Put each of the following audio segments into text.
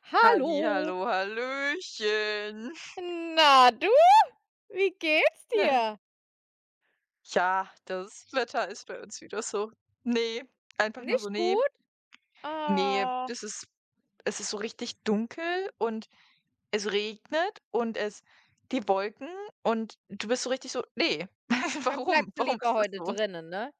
Hallo. Hallihallo, hallöchen. Na du, wie geht's Ne. dir? Ja, das Wetter ist bei uns wieder so. Ne, einfach nur so: Nicht „Ne, gut? nee, Ah, es ist so richtig dunkel und es regnet und es die Wolken und du bist so richtig so: „Ne, dann warum? bleibst du Warum lieber ist das heute so?“ drinnen, ne?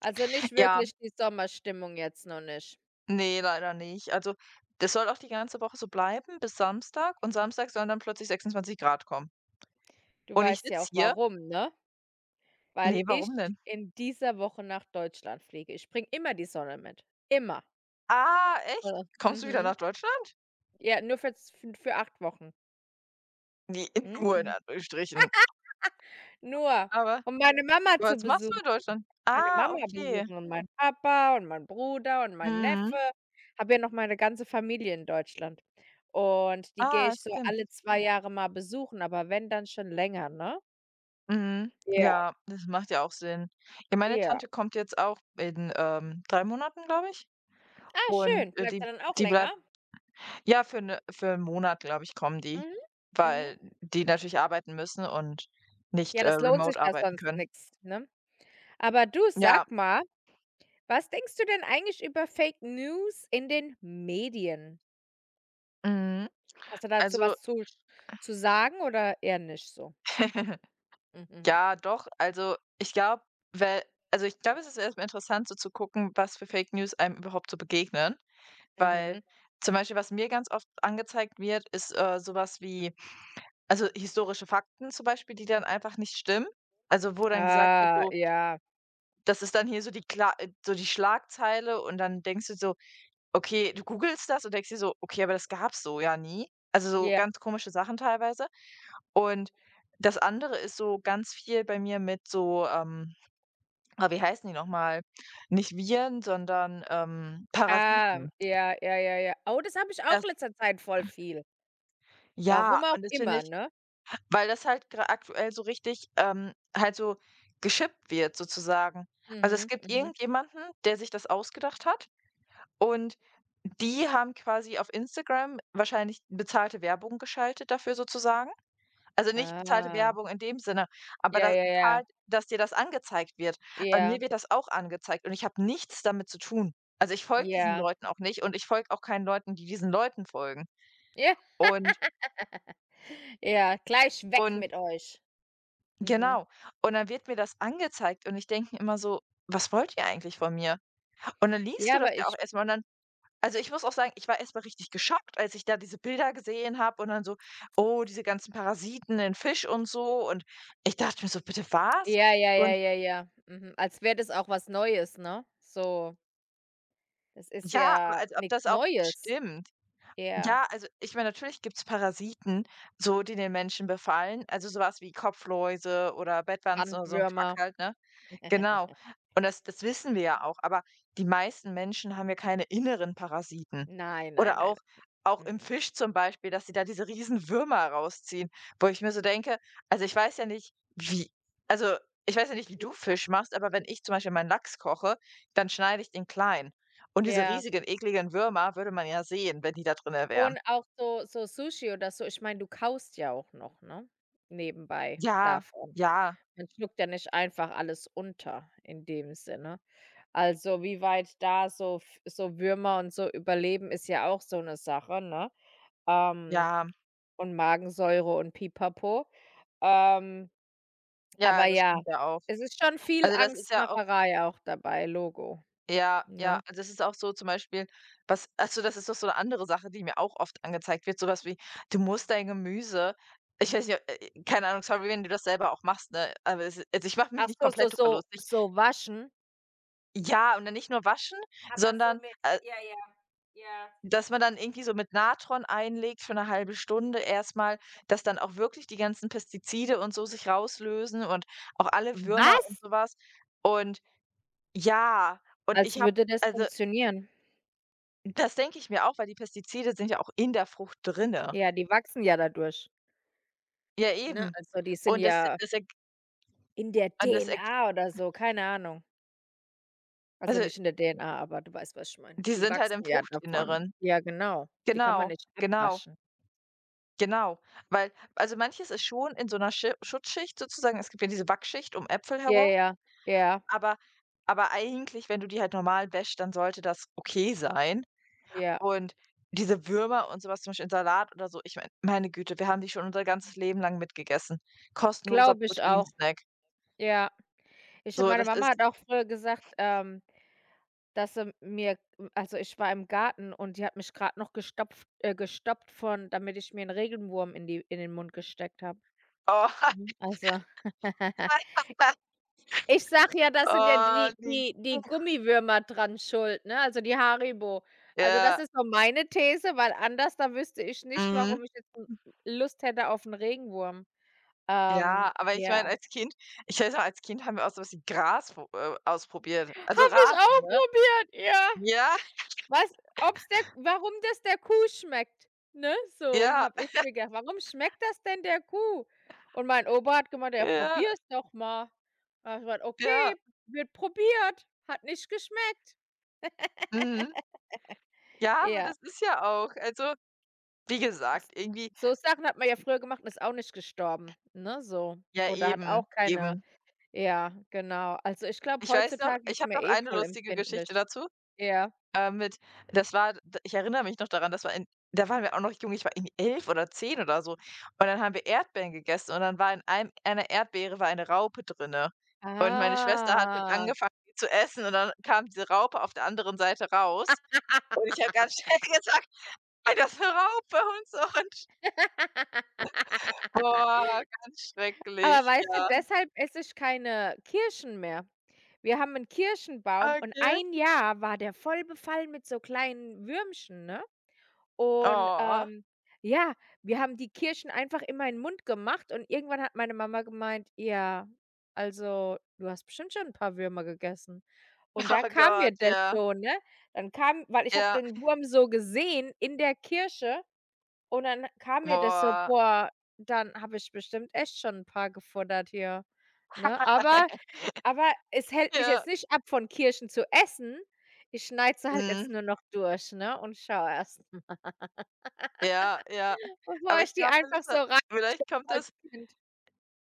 Also, nicht Ja, wirklich die Sommerstimmung jetzt noch nicht. nee, leider nicht. Also, das soll auch die ganze Woche so bleiben bis Samstag und Samstag sollen dann plötzlich 26 Grad kommen. Du Und ich weißt ja sitze auch hier: warum, ne? Weil „Ne, ich warum denn?“ in dieser Woche nach Deutschland fliege. Ich bringe immer die Sonne mit, immer. „Ah, echt? Äh, Kommst du wieder nach mhm. Deutschland?“ Ja, nur für 8 Wochen. Die nur in Mhm. Anführungsstrichen. Nur, Aber um meine Mama zu was machst du besuchen. in Deutschland? Meine Ah, Mama okay. besuchen und meinen Papa und meinen Bruder und meinen Mhm. Neffe. Habe ja noch meine ganze Familie in Deutschland. Und die gehe Ah, ich so stimmt. alle 2 Jahre mal besuchen, aber wenn, dann schon länger, ne? Mhm. Ja, Ja, das macht ja auch Sinn. Ja, meine ja. Tante kommt jetzt auch in, 3 Monaten, glaube ich. Ah, Und, schön. Bleibt die er dann auch die bleibt länger? ja, für für einen Monat, glaube ich, kommen die, Mhm, mhm. weil die natürlich arbeiten müssen und nicht, Ja, das lohnt sich remote ja arbeiten sonst können. nix, ne? Aber du, Ja, sag mal, was denkst du denn eigentlich über Fake News in den Medien? mhm. Hast du dazu Also was zu sch zu sagen oder eher nicht so? Mhm, ja, doch. Also, ich glaube, weil, also, ich glaube, es ist erstmal interessant, so zu gucken, was für Fake News einem überhaupt so begegnen, weil mhm. zum Beispiel, was mir ganz oft angezeigt wird, ist, so wie also, historische Fakten zum Beispiel, die dann einfach nicht stimmen. Also, wo dann gesagt wird, Ah, so ja. das ist dann hier so die Kla so die Schlagzeile und dann denkst du so, okay, du googelst das und denkst dir so: „Okay, aber das gab's so ja nie.“ Also, so Ja, ganz komische Sachen teilweise. Und das andere ist so ganz viel bei mir mit so, ah, wie heißen die noch mal? Nicht Viren, sondern, ah, Parasiten. ja, ja, ja, ja. Oh, das habe ich auch Das letzter Zeit voll viel. ja, Warum auch und das finde immer, ich, ne? weil das halt gra aktuell so richtig, halt so geschippt wird sozusagen. Also, es Mhm, gibt mhm. irgendjemanden, der sich das ausgedacht hat. Und die haben quasi auf Instagram wahrscheinlich bezahlte Werbung geschaltet dafür sozusagen. Also, nicht bezahlte Ah. Werbung in dem Sinne, aber Ja, da ja, ja. bezahlt, dass dir das angezeigt wird. Bei Ja, mir wird das auch angezeigt und ich habe nichts damit zu tun. Also, ich folge diesen ja, Leuten auch nicht und ich folge auch keinen Leuten, die diesen Leuten folgen. ja, Und ja, gleich weg und mit euch. Mhm. genau. Und dann wird mir das angezeigt und ich denke immer so: „Was wollt ihr eigentlich von mir?“ Und dann liest Ja, du das aber ja auch ich erstmal und dann, also, ich muss auch sagen, ich war erstmal richtig geschockt, als ich da diese Bilder gesehen habe und dann so: „Oh, diese ganzen Parasiten in Fisch und so.“ Und ich dachte mir so: „Bitte was?“ ja, ja, ja, Und ja, ja. Mhm. Als wäre das auch was Neues, ne? So, das ist ja, aber ja als ob nichts das auch Neues. stimmt. Ja, Ja, also, ich meine, natürlich gibt's Parasiten, so die den Menschen befallen, also sowas wie Kopfläuse oder Bettwanzen oder so ein Kack Bandwürmer. halt, ne? Genau. Und das wissen wir ja auch, aber die meisten Menschen haben ja keine inneren Parasiten. Nein, nein, Oder nein. auch auch im Mhm. Fisch zum Beispiel, dass sie da diese riesen Würmer rausziehen, wo ich mir so denke, also, ich weiß ja nicht, wie, also, ich weiß ja nicht, wie du Fisch machst, aber wenn ich zum Beispiel meinen Lachs koche, dann schneide ich den klein. Und diese Ja. riesigen, ekligen Würmer würde man ja sehen, wenn die da drin wären. Und auch so Sushi oder so, ich meine, du kaust ja auch noch, ne, nebenbei Ja, davon. ja, Man schluckt ja nicht einfach alles unter in dem Sinne. Also, wie weit da so Würmer und so überleben, ist ja auch so eine Sache, ne? Ähm, ja, und Magensäure und Pipapo. Ähm, ja, aber das ja, stimmt ja auch. es ist schon viel Also, das ist ja Angstmacherei auch dabei, Logo, ja, ne? ja, also das ist auch so zum Beispiel, was also das ist doch so eine andere Sache, die mir auch oft angezeigt wird, sowas wie: „Du musst dein Gemüse“ ich weiß nicht, keine Ahnung, sorry, wenn du das selber auch machst, ne? Aber es, also ich mache mich Ach nicht so, so komplett drüber so lustig. so waschen? Ja, und dann nicht nur waschen, Aber so sondern, mit Ja, ja, ja. dass man dann irgendwie so mit Natron einlegt für eine halbe Stunde erstmal, dass dann auch wirklich die ganzen Pestizide und so sich rauslösen und auch alle Würmer und Was? sowas. Und ja, und Als ich habe würde das also, funktionieren. das denke ich mir auch, weil die Pestizide sind ja auch in der Frucht drinne. Ja, die wachsen ja dadurch, Ja, ne? eben. Also, die sind Und das ja das erg in der und das erg DNA oder so, keine Ahnung. Also, also, nicht in der DNA, aber du weißt, was ich meine. die Die sind halt im wachsen ja davon. Fruchtinneren. Ja, genau. Die kann man Genau, nicht genau, abwaschen. genau. Weil, also, manches ist schon in so einer Schi Schutzschicht sozusagen. Es gibt ja diese Wachschicht um Äpfel Ja, herum, ja, ja, aber aber eigentlich, wenn du die halt normal wäschst, dann sollte das okay sein. ja. Und diese Würmer und so was, zum Beispiel in Salat oder so, ich meine, meine Güte, wir haben die schon unser ganzes Leben lang mitgegessen. Kostenloser Glaube ich auch. Proteinsnack. Ja. Ich So, meine das Mama ist hat auch früher gesagt, dass sie mir also, ich war im Garten und die hat mich grad noch gestopft gestoppt, von damit ich mir 'n Regenwurm in den Mund gesteckt habe. oh. Mhm, also ich sag ja, das sind ja Oh, die die die die Gummiwürmer dran schuld, ne, also die Haribo. Also, das ja, ist so meine These, weil anders da wüsste ich nicht, mhm. warum ich jetzt Lust hätte auf einen Regenwurm. Ja, aber ich meine, Ja. als Kind, ich weiß noch, als Kind haben wir auch so was wie Gras pro ausprobiert. Also Habe ich Rasen, auch ne? probiert, ja. Ja, Was ob's der Warum das der Kuh schmeckt, ne? So ja, habe ich mir gedacht: „Warum schmeckt das denn der Kuh?" Und mein Opa hat gemeint: „Ja, ja, probier's doch mal." Habe ich gemeint: ja. „Okay, wird probiert, hat nicht geschmeckt." Mhm. Ja, aber Ja, das ist ja auch, also, wie gesagt, s irgendwie, so Sachen hat man ja früher gemacht und ist auch nicht gestorben, ne, so. Oder hat auch keine eben. Ja, genau. Also, ich glaube, Ich weiß noch, heutzutage ich ist habe man noch eh eine voll lustige Geschichte empfindlich. dazu. Ja. Mit das war d ich erinnere mich noch daran, das war in da waren wir auch noch jung, ich war irgendwie 11 oder 10 oder so. Und dann haben wir Erdbeeren gegessen und dann war in einem einer Erdbeere war eine Raupe drinne. Und meine Schwester hat schon Ah. angefangen, die zu essen und dann kam diese Raupe auf der anderen Seite raus. Und ich habe ganz schnell gesagt: „Ey, das ist 'ne Raupe“ und so und boah, ganz Aber schrecklich, weißt du, ja. deshalb esse ich keine Kirschen mehr. Wir haben 'n Kirschenbaum und Okay. ein Jahr war der voll befallen mit so kleinen Würmchen, ne? Und, Oh. Ja, wir haben die Kirschen einfach immer in 'n Mund gemacht und irgendwann hat meine Mama gemeint: „Ja, also, du hast bestimmt schon 'n paar Würmer gegessen." Und da Oh kam mir Gott, das ja. so, ne? Dann kam Weil ich habe Ja. den Wurm so gesehen in der Kirsche und dann kam mir das so: Boah. „Boah, dann habe ich bestimmt echt schon 'n paar gefuttert hier", ne? Aber es hält mich Ja. jetzt nicht ab, von Kirschen zu essen. Ich schneide sie halt jetzt Mhm. nur noch durch, ne, und schaue erst mal, Ja, ja. bevor Aber ich ich die glaube, einfach so reinstopfe vielleicht kommt als das Kind.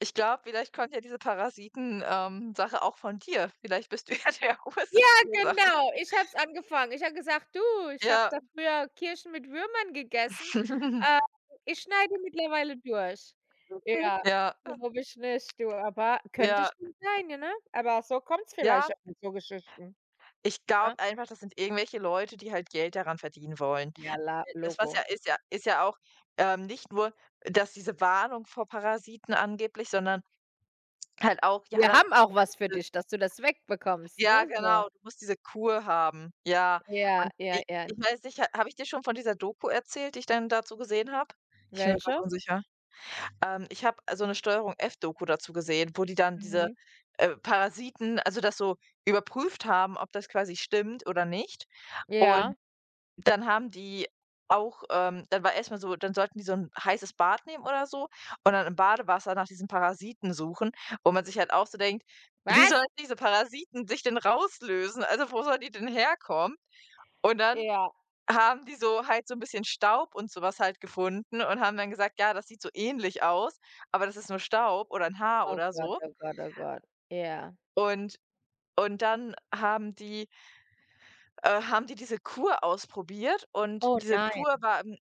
ich glaube, vielleicht kommt ja diese Parasiten Sache auch von dir. Vielleicht bist du ja der Ursache. Genau, ich habe es angefangen. Ich habe gesagt: „Du, ich habe Ja. da früher Kirschen mit Würmern gegessen. Ähm, ich schneide mittlerweile durch." Ja, Ja, glaube ich nicht, du, aber könnte ja, schon sein, ja, ne? Aber so kommt's ja. vielleicht auch mit so Geschichten, Ich ne? glaube einfach, das sind irgendwelche Leute, die halt Geld daran verdienen wollen. Ja, la Das, was ja Logo. ist ja, auch, nicht nur, dass diese Warnung vor Parasiten angeblich, sondern halt auch, ja, Wir dann. haben auch was für dich, dass du das wegbekommst, Ja, ne, so. genau, du musst diese Kur haben. Ja, Ja, und ja, i ja. ich weiß nicht, ha habe ich dir schon von dieser Doku erzählt, die ich dann dazu gesehen habe? Ich bin mir grad Welche? unsicher. Ich habe so 'ne Steuerung-F-Doku dazu gesehen, wo die dann diese, Mhm. Parasiten also das so überprüft haben, ob das quasi stimmt oder nicht. Und Ja. dann haben die auch dann war erstmal so, dann sollten die so ein heißes Bad nehmen oder so und dann im Badewasser nach diesen Parasiten suchen, wo man sich halt auch so denkt: „Wie Was? sollen diese Parasiten sich denn rauslösen? Also, wo sollen die denn herkommen?“ Und dann Ja. haben die so halt so ein bisschen Staub und sowas halt gefunden und haben dann gesagt: „Ja, das sieht so ähnlich aus, aber das ist nur Staub oder ein Haar Oh oder Gott, so.“ oh Gott, oh Gott. Ja. Und dann haben die diese Kur ausprobiert und Oh diese nein. Kur war im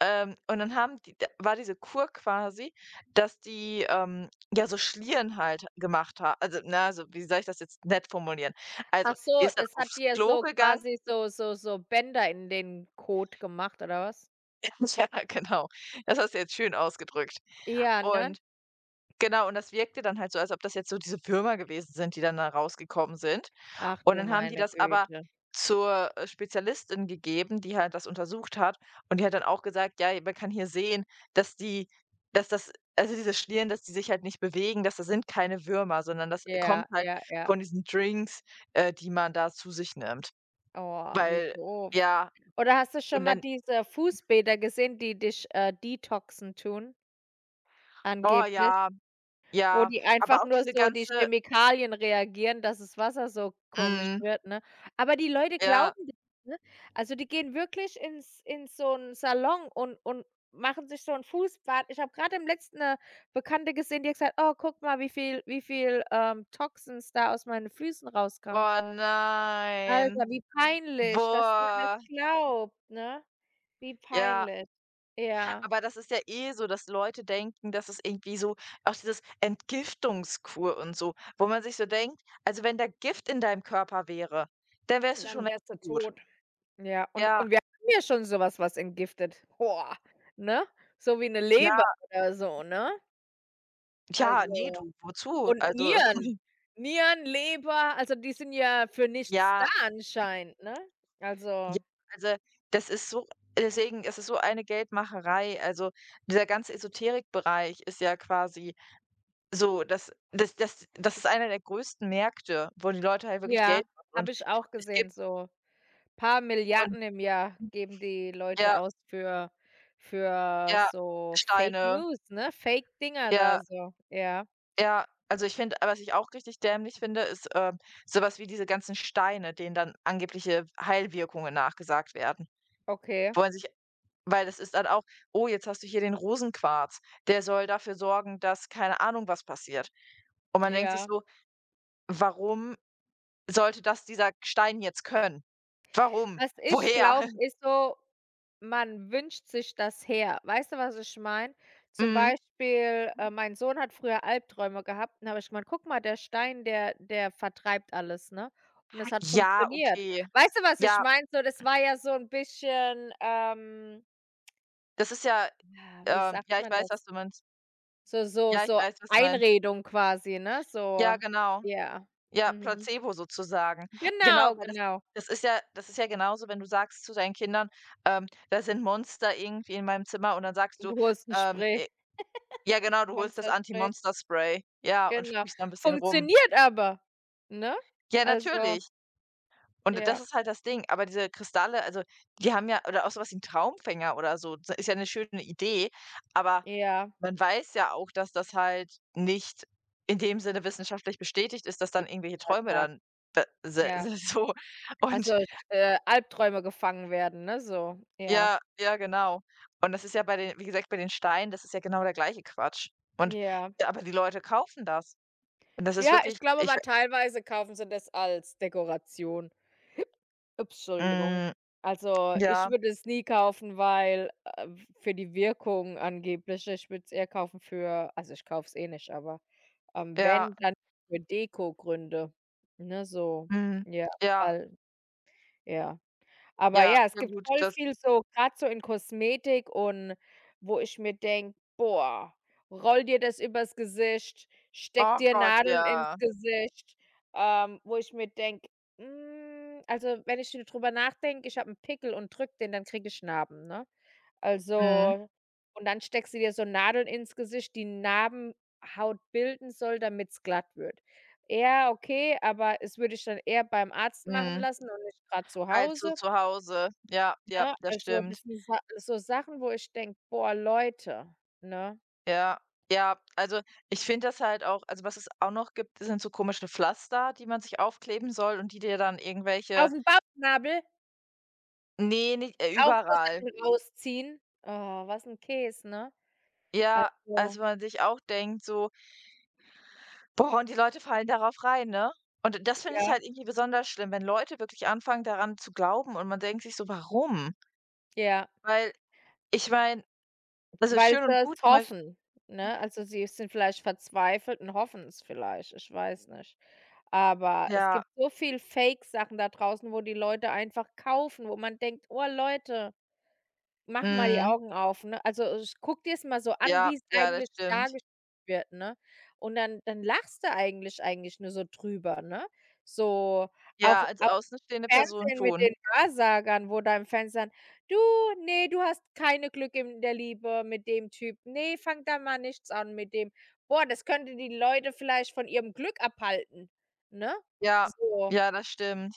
Und dann haben die da war diese Kur quasi, dass die, ja, so Schlieren halt gemacht ha, also, ne, also, wie soll ich das jetzt nett formulieren? Also, Ach die so, ist dann das hat aufs dir Klo so gegangen. quasi so Bänder in den Kot gemacht oder was? Ja, genau. Das hast du jetzt schön ausgedrückt. Ja, Und ne? genau, und das wirkte dann halt so, als ob das jetzt so diese Würmer gewesen sind, die dann da rausgekommen sind. Ach Und du dann haben die meine das aber Güte. zur, Spezialistin gegeben, die halt das untersucht hat. Und die hat dann auch gesagt: „Ja, man kann hier sehen, dass die das, also, diese Schlieren, dass die sich halt nicht bewegen, das sind keine Würmer, sondern das kommt Ja, halt ja, ja. von diesen Drinks, die man da zu sich nimmt.“ Oh, wie Weil, doof. ja, Oder hast du schon und mal dann diese Fußbäder gesehen, die dich, detoxen tun, oh angeblich? ja, Wo ja, die aber einfach auch nur diese so die ganze Chemikalien reagieren, dass das Wasser so komisch mhm, wird, ne? Aber die Leute ja. glauben das, ne? Also, die gehen wirklich ins in so 'n Salon und machen sich so 'n Fußbad. Ich habe grade im letzten 'ne Bekannte gesehen, die hat gesagt: „Oh, guck mal, wie viel, Toxins da aus meinen Füßen rauskam." Oh nein. Alter, wie peinlich, dass man das Boah, glaubt, ne? Wie ja. peinlich. Ja. Aber das ist ja eh so, dass Leute denken, dass es irgendwie so auch dieses Entgiftungskur und so, wo man sich so denkt: „Also, wenn da Gift in deinem Körper wäre, dann wärst du schon Dann wärst du längst tot.“ tot. Ja, Ja, wir haben ja schon sowas, was entgiftet. Boah, ne? So wie eine ja, Leber oder so, ne? ja, nee, Also du, wozu? und Also, Nieren. Nieren, Leber, also die sind ja für nichts da ja, anscheinend, ne? ja, Also, also, das ist so, deswegen ist es so eine Geldmacherei. Also, dieser ganze Esoterikbereich ist ja quasi so, das ist einer der größten Märkte, wo die Leute halt wirklich ja, Geld machen und habe ich auch es gesehen, gibt so paar und Milliarden im Jahr geben die Leute ja. aus für Ja, so Fake Steine. News, ne? Fake Dinger da Ja, so. Ja, ja. Also, ich finde, was ich auch richtig dämlich finde, ist, so wie diese ganzen Steine, denen dann angebliche Heilwirkungen nachgesagt werden. okay. Wollen sich weil das ist dann auch: „Oh, jetzt hast du hier den Rosenquarz. Der soll dafür sorgen, dass keine Ahnung was passiert.“ Und man denkt sich Ja. so: „Warum sollte das dieser Stein jetzt können? Warum? Was ich Woher?“ glaube, ist so, man wünscht sich das her. Weißt du, was ich meine? Zum Mhm. Beispiel, mein Sohn hat früher Albträume gehabt und habe ich gemeint: „Guck mal, der Stein, der der vertreibt alles", ne? Und es hat Ja, funktioniert. okay. Weißt du, was ich Ja, meine? So, das war ja so ein bisschen, das ist ja ja, wie sagt ja, ich man weiß, was das? du meinst. So so Ja, ich so weiß, was du meinst. Einredung quasi, ne? So, Ja, genau. ja. Ja, Mhm. Placebo sozusagen. Genau, Genau, weil das genau. das ist ja, genauso, wenn du sagst zu deinen Kindern, „Da sind Monster irgendwie in meinem Zimmer“ und dann sagst Und du, du holst 'n ähm, Spray, äh ja genau, du holst das Monsterspray. Anti-Monster-Spray, ja, und Genau. sprühst da ein bisschen rum. Funktioniert aber, ne? Ja, Also, natürlich. Und das ja, ist halt das Ding, aber diese Kristalle, also, die haben ja oder auch sowas wie 'n Traumfänger oder so, das ist ja eine schöne Idee, aber ja. man weiß ja auch, dass das halt nicht in dem Sinne wissenschaftlich bestätigt ist, dass Ja, dann irgendwelche ja, Träume klar. dann be se Ja. se so und Also, sch Albträume gefangen werden, ne, so. Ja, ja, ja, genau. Und das ist ja bei den, wie gesagt, bei den Steinen, das ist ja genau der gleiche Quatsch. Und ja. ja, aber die Leute kaufen das. Und das ist Ja, wirklich ich glaube ich aber teilweise kaufen sie das als Dekoration. Ups, Entschuldigung. hm, Also, ja, ich würde es nie kaufen, weil, w für die Wirkung angeblich. Ich würde es eher kaufen für also, ich kaufe es eh nicht, aber, ja, wenn, dann für Dekogründe, ne, so. mhm, Ja, ja, weil ja. Aber ja, ja, es ja gibt gut, voll das viel so gerade so in Kosmetik und wo ich mir denke: „Boah, roll dir das übers Gesicht, steck oh dir Gott, Nadeln ins ja. Gesicht." Wo ich mir denke: „Hm, also, wenn ich so drüber nachdenke, ich habe einen Pickel und drück den, dann kriege ich Narben", ne? Mhm, Also und dann steckst du dir so Nadeln ins Gesicht, die Narbenhaut bilden soll, damit's glatt wird. Ja, okay, aber es würde ich dann eher beim Arzt machen mhm. lassen und nicht gerade zu Als so Hause. zu Hause. Ja, ja, Ne? das Also, stimmt. das sind Sa so Sachen, wo ich denke: „Boah, Leute", ne? Ja, ja, also ich finde das halt auch, also was es auch noch gibt, sind so komische Pflaster, die man sich aufkleben soll und die dir dann irgendwelche Auf'm Bauchnabel ne, nicht auch so überall. Sachen rausziehen. Oh, was 'n Käse, ne? Ja, also Also, man sich auch denkt so: „Boah, und die Leute fallen darauf rein“, ne? Und das finde ich ja, halt irgendwie besonders schlimm, wenn Leute wirklich anfangen, daran zu glauben und man denkt sich so: „Warum?“ ja, Weil ich meine, also weil schön und sie's gut zum Beisch hoffen, ne? Also, sie sind vielleicht verzweifelt und hoffen's vielleicht, ich weiß nicht. Aber es ja, gibt so viel Fake-Sachen da draußen, wo die Leute einfach kaufen, wo man denkt: „Oh, Leute." Mach mal die mhm, Augen auf, ne? Also, sch guck dir's mal so an, ja, wie's ja, das eigentlich stimmt. dargestellt wird, ne? Und dann lachst du eigentlich eigentlich nur so drüber, ne? So auch Ja, als auch außenstehende Person Fernsehen mit schon. den Wahrsagern, wo da im Fernsehen: „Du, ne, du hast keine Glück in der Liebe mit dem Typ. Ne, fang da mal nichts an mit dem." Boah, das könnte die Leute vielleicht von ihrem Glück abhalten, ne? Ja, So. ja, das stimmt.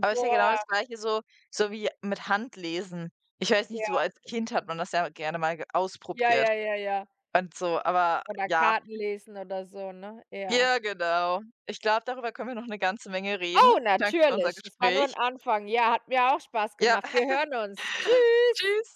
Aber ist ja genau das Boah, Gleiche so, so wie mit Handlesen. Ich weiß nicht, so ja. als Kind hat man das ja gerne mal ge Ja, ausprobiert ja, ja, ja. und so, aber Oder ja. Karten lesen oder so, ne? Ja. Ja, genau. Ich glaube, darüber können wir noch eine ganze Menge reden. Oh, Danke für unser natürlich. Das war nur Gespräch. 'n Anfang. Ja, hat mir auch Spaß Ja, gemacht. Wir hören uns. Tschüss. tschüss.